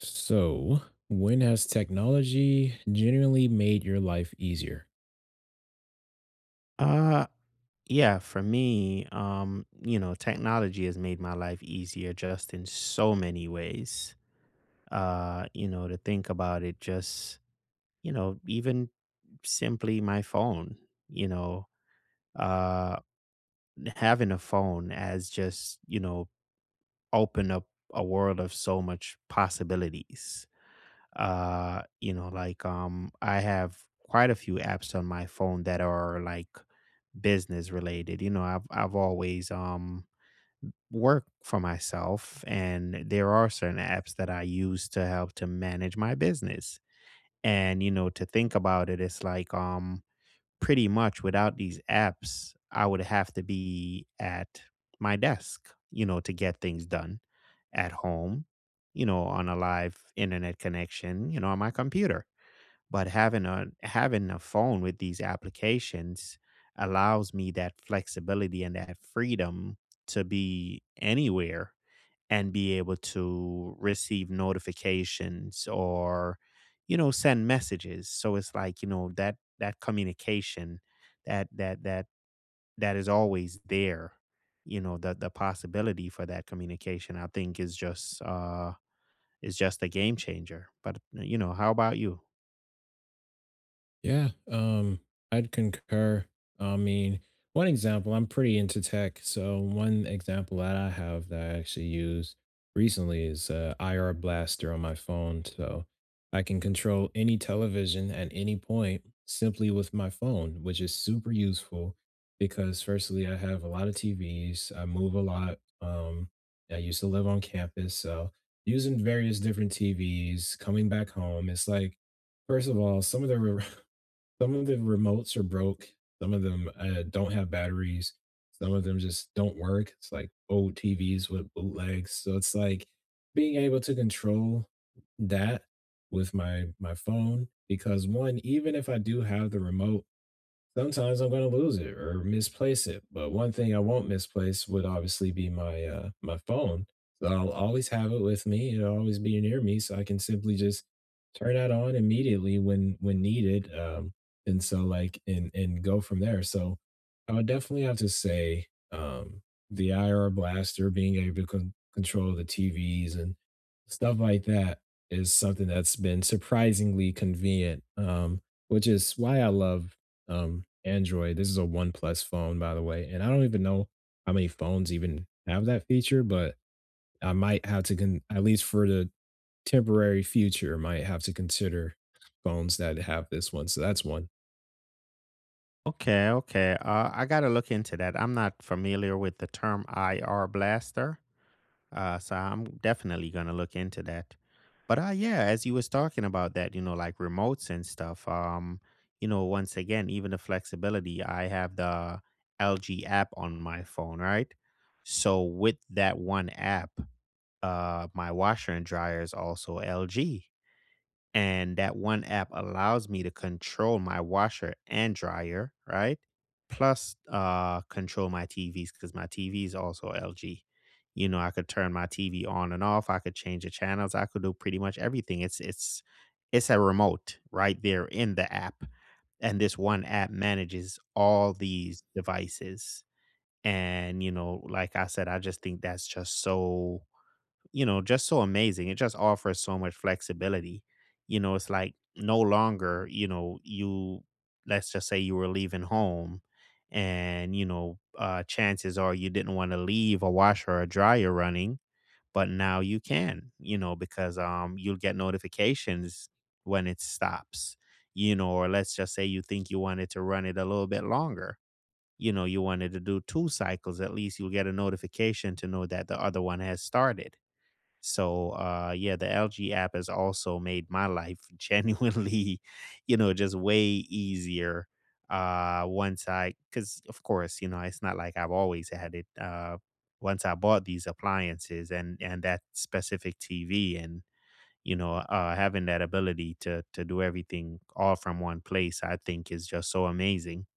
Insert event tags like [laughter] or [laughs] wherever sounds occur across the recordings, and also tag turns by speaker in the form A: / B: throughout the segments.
A: So, when has technology genuinely made your life easier?
B: Uh, yeah, for me, you know, technology has made my life easier just in so many ways. You know, to think about it, you know, even simply my phone, you know, uh, having a phone has just, you know, opened up a world of so much possibilities, you know, like I have quite a few apps on my phone that are like business related. You know, I've always worked for myself, and there are certain apps that I use to help to manage my business. And you know, to think about it, it's like pretty much without these apps I would have to be at my desk, you know, to get things done at home, you know, on a live internet connection, you know, on my computer. But having a phone with these applications allows me that flexibility and that freedom to be anywhere and be able to receive notifications or you know send messages. So it's like, you know, that communication that that that that is always there. You know, the possibility for that communication I think is just is just a game changer. But you know, how about you?
A: Yeah, I'd concur. I mean, one example, I'm pretty into tech. So one example that I have that I actually use recently is IR Blaster on my phone. So I can control any television at any point simply with my phone, which is super useful because firstly, I have a lot of TVs. I move a lot. I used to live on campus, so using various different TVs, coming back home, it's like first of all, some of the [laughs] some of the remotes are broke. Some of them, don't have batteries. Some of them just don't work. It's like old TVs with bootlegs. So it's like being able to control that with my phone because, 1, even if I do have the remote, sometimes I'm gonna lose it or misplace it, but one thing I won't misplace would obviously be my, my phone. So I'll always have it with me, it'll always be near me, so I can simply just turn that on immediately when needed, and so, like and go from there. So I would definitely have to say, the IR blaster, being able to control the TVs and stuff like that is something that's been surprisingly convenient, which is why I love Android. This is a OnePlus phone, by the way, and I don't even know how many phones even have that feature, but I might have to at least for the temporary future, might have to consider phones that have this one. So that's one.
B: Okay, okay. I gotta look into that. I'm not familiar with the term IR blaster, so I'm definitely gonna look into that. But yeah, as you was talking about that, you know, like remotes and stuff. You know, once again, even the flexibility. I have the LG app on my phone, right? So with that one app, my washer and dryer is also LG, and that one app allows me to control my washer and dryer, right? Plus, control my TVs because my TV is also LG. You know, I could turn my TV on and off. I could change the channels. I could do pretty much everything. It's a remote right there in the app, and this one app manages all these devices. And you know, like I said, I just think that's just so, you know, just so amazing. It just offers so much flexibility. You know, it's like no longer, you know, you Let's just say you were leaving home and, you know, chances are you didn't want to leave a washer or a dryer running, but now you can, you know, because you'll get notifications when it stops. You know, or let's just say you think you wanted to run it a little bit longer. You know, you wanted to do two cycles, at least you'll get a notification to know that the other one has started. So, yeah, the LG app has also made my life [laughs] genuinely, you know, just way easier. Because of course, you know, it's not like I've always had it. Once I bought these appliances and that specific TV, and you know, having that ability to do everything all from one place, I think is just so amazing.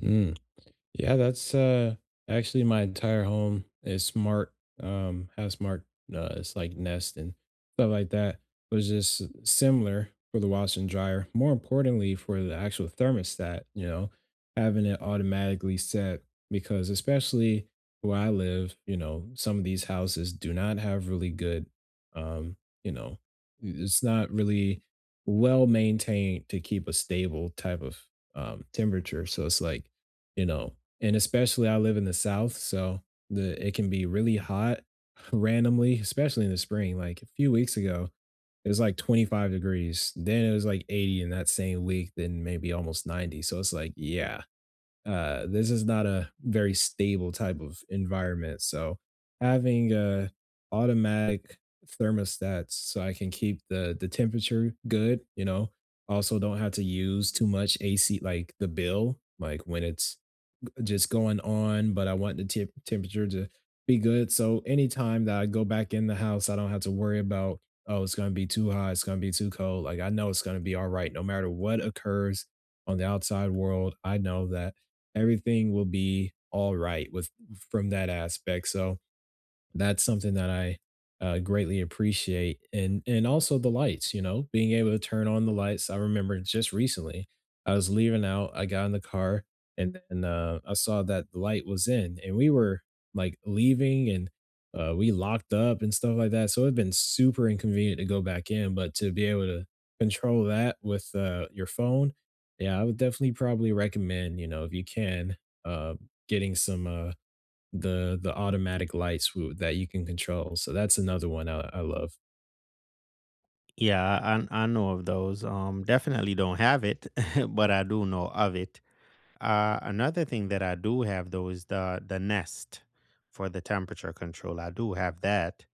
A: Mm. Yeah, that's actually my entire home is smart, has smart it's like Nest and stuff like that. Was just similar for the washer and dryer. More importantly, for the actual thermostat, you know, having it automatically set because especially where I live, you know, some of these houses do not have really good, um, you know, it's not really well maintained to keep a stable type of temperature. So it's like, you know, and especially I live in the South, so the it can be really hot [laughs] randomly, especially in the spring. Like a few weeks ago, it was like 25 degrees. Then it was like 80 in that same week, then maybe almost 90. So it's like, yeah, this is not a very stable type of environment. So having automatic thermostats so I can keep the temperature good, you know. Also don't have to use too much AC like the bill, like when it's just going on, but I want the temperature to be good. So anytime that I go back in the house, I don't have to worry about, oh, it's going to be too hot. It's going to be too cold. Like I know it's going to be all right. No matter what occurs on the outside world, I know that everything will be all right with from that aspect. So that's something that I, greatly appreciate, and also the lights, you know, being able to turn on the lights. I remember just recently, I was leaving out, I got in the car, and then, I saw that the light was in, and we were, like, leaving, and, we locked up and stuff like that, so it'd been super inconvenient to go back in, but to be able to control that with, your phone, yeah, I would definitely probably recommend, you know, if you can, uh, getting some, the automatic lights w that you can control, so that's another one I love.
B: Yeah, I know of those. Definitely don't have it, [laughs] but I do know of it. Another thing that I do have though is the Nest for the temperature control. I do have that,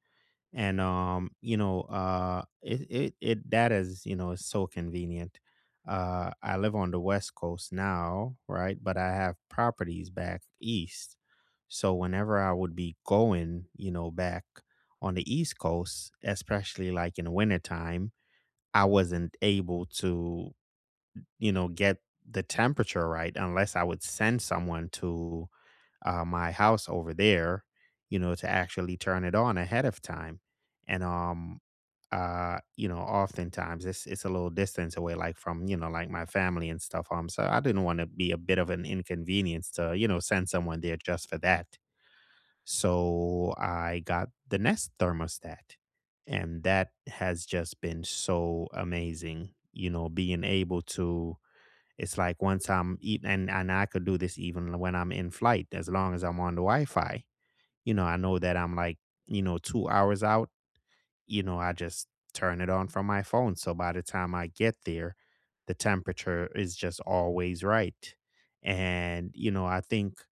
B: and you know, it that is you know is so convenient. I live on the West Coast now, right? But I have properties back east, so whenever I would be going, you know, back on the East Coast, especially like in wintertime, I wasn't able to you know, get the temperature right unless I would send someone to, my house over there, you know, to actually turn it on ahead of time. And, you know, oftentimes it's a little distance away, like from, you know, like my family and stuff. So I didn't want to be a bit of an inconvenience to, you know, send someone there just for that. So I got the Nest thermostat, and that has just been so amazing, you know, being able to it's like once I'm eating, and I could do this even when I'm in flight, as long as I'm on the Wi Fi. You know, I know that I'm like, you know, 2 hours out, you know, I just turn it on from my phone. So by the time I get there, the temperature is just always right. And, you know, I think,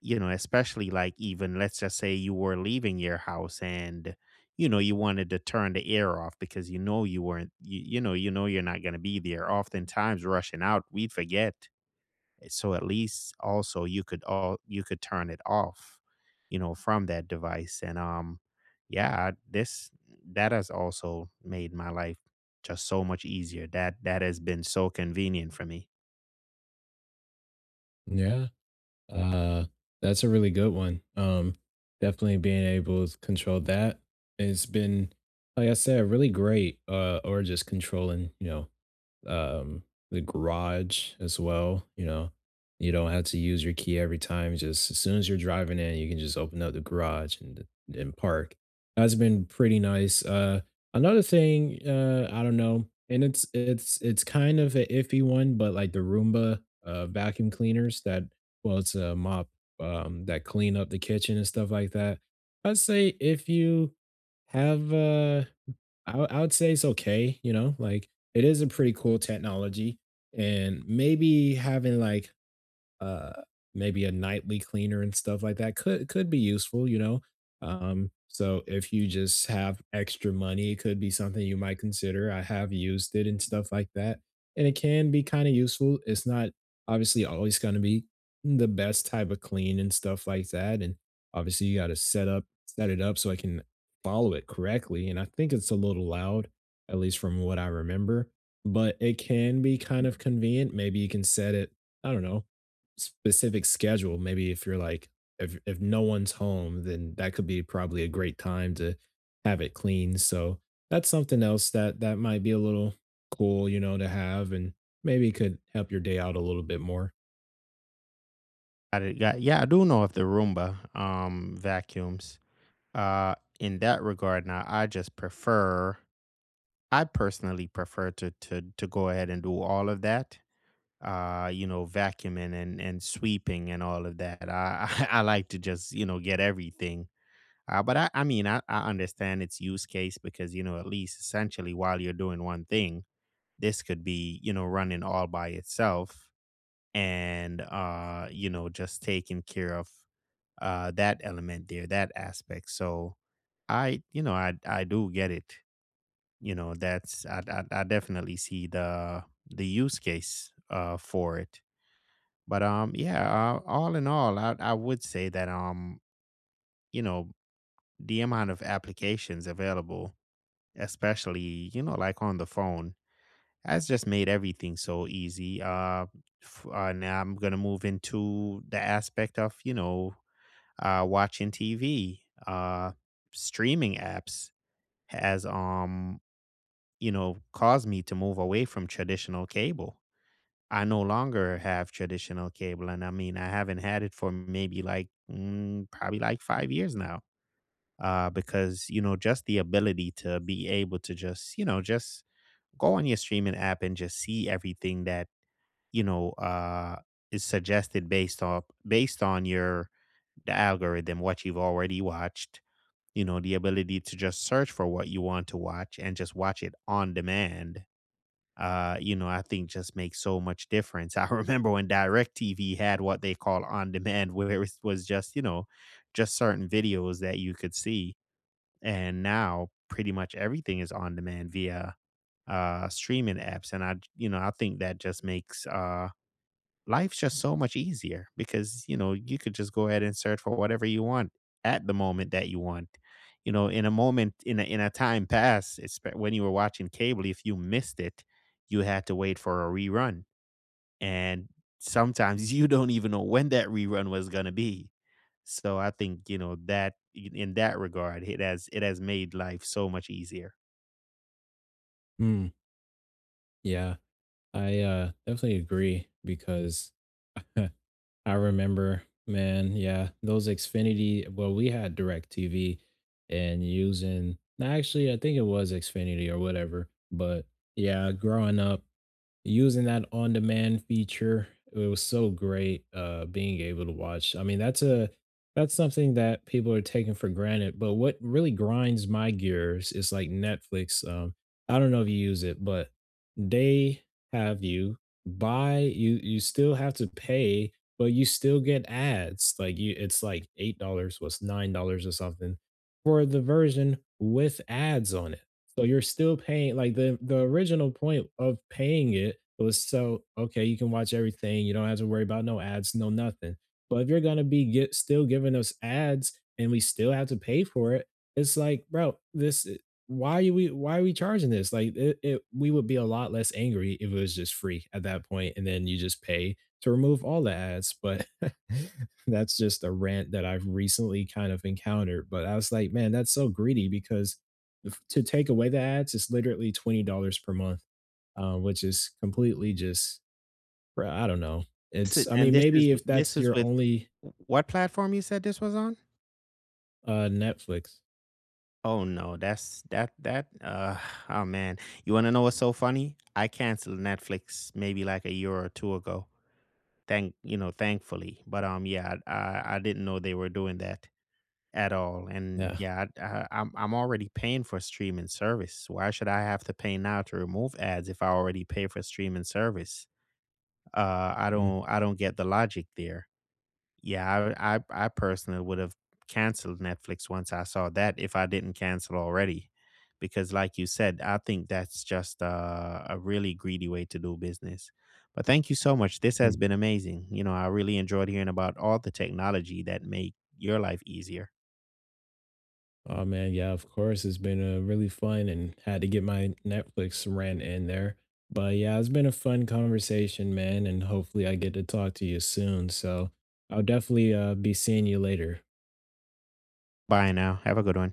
B: you know, especially like even let's just say you were leaving your house and, you know, you wanted to turn the air off because you know you weren't, you know you're not going to be there. Oftentimes, rushing out, we forget, so at least also you could turn it off you know from that device. And yeah, this that has also made my life just so much easier. That has been so convenient for me.
A: Yeah, uh, that's a really good one, definitely being able to control that. It's been, like I said, really great, or just controlling, you know, um, the garage as well, you know. You don't have to use your key every time. Just as soon as you're driving in, you can just open up the garage and park. That's been pretty nice. Another thing, I don't know, and it's kind of an iffy one, but like the Roomba vacuum cleaners that well, it's a mop, that clean up the kitchen and stuff like that. I'd say if you have I would say it's okay, you know, like it is a pretty cool technology, and maybe having like uh, maybe a nightly cleaner and stuff like that could be useful, you know. So if you just have extra money, it could be something you might consider. I have used it and stuff like that, and it can be kind of useful. It's not obviously always going to be the best type of clean and stuff like that, and obviously you got to set it up so I can follow it correctly. And I think it's a little loud, at least from what I remember, but it can be kind of convenient. Maybe you can set it. I don't know specific schedule. Maybe if you're like if no one's home, then that could be probably a great time to have it clean. So that's something else that that might be a little cool, you know, to have and maybe could help your day out a little bit more.
B: I did- yeah yeah, I do know of the Roomba vacuums. uh in that regard, now I just prefer, I personally prefer to to go ahead and do all of that, you know, vacuuming and sweeping and all of that. I [laughs] I, like to just you know get everything. Uh but i i mean I, I understand its use case because you know at least essentially while you're doing one thing, this could be you know running all by itself, and you know, just taking care of that element there, that aspect. So I do get it. You know, that's I definitely see the use case for it. But yeah, all in all, I would say that you know, the amount of applications available, especially you know, like on the phone, has just made everything so easy. Now I'm gonna move into the aspect of you know, watching TV. Uh, streaming apps has you know, caused me to move away from traditional cable. I no longer have traditional cable, and I mean, I haven't had it for maybe like probably like 5 years now. Because you know, just the ability to be able to just you know just go on your streaming app and just see everything that you know is suggested based on your the algorithm, what you've already watched. You know, the ability to just search for what you want to watch and just watch it on demand, you know, I think just makes so much difference. [laughs] I remember when DirecTV had what they call on demand, where it was just, you know, just certain videos that you could see. And now pretty much everything is on demand via streaming apps. And I, you know, I think that just makes life's just so much easier because you know you could just go ahead and search for whatever you want at the moment that you want, you know, in a moment in a time past, it's when you were watching cable, if you missed it you had to wait for a rerun, and sometimes [laughs] you don't even know when that rerun was going to be. So I think you know that in that regard it has made life so much easier.
A: Hmm. Yeah. I definitely agree because [laughs] I remember, man, yeah, those Xfinity, well, we had DirecTV and using actually I think it was Xfinity or whatever, but yeah, growing up using that on-demand feature, it was so great, being able to watch. I mean, that's a that's something that people are taking for granted, but what really grinds my gears is, like, Netflix, I don't know if you use it, but they have you buy you you still have to pay, but you still get ads, like, you it's, like, $8, what's $9 or something, for the version with ads on it. So you're still paying like the original point of paying it was so okay, you can watch everything. You don't have to worry about no ads, no nothing. But if you're gonna still giving us ads and we still have to pay for it, it's like, bro, why are we charging this? Like it we would be a lot less angry if it was just free at that point, and then you just pay to remove all the ads. But [laughs] that's just a rant that I've recently kind of encountered. But I was like, man, that's so greedy because to take away the ads it's literally $20 per month, which is completely just bro, I don't know.
B: So-
A: It's I
B: and
A: mean maybe if
B: this
A: that's
B: is
A: your
B: with
A: only
B: what platform you said this was on?
A: Netflix.
B: Oh no, that's that oh man. You wanna know what's so funny? I canceled Netflix maybe like a year or two ago. Thank you know, thankfully. But yeah, I didn't know they were doing that at all. And
A: Yeah.
B: yeah, I'm already paying for streaming service. Why should I have to pay now to remove ads if I already pay for streaming service? I don't get the logic there. Yeah, I personally would have canceled Netflix once I saw that if I didn't cancel already. Because like you said, I think that's just a really greedy way to do business. But thank you so much. This has
A: Mhm.
B: been amazing. You know, I really enjoyed hearing about all the technology that make your life easier.
A: Oh man, yeah, of course. It's been a really fun and had to get my Netflix rant in there, but yeah, it's been a fun conversation man, and hopefully I get to talk to you soon, so I'll definitely, be seeing you later.
B: Bye now. Have a good one.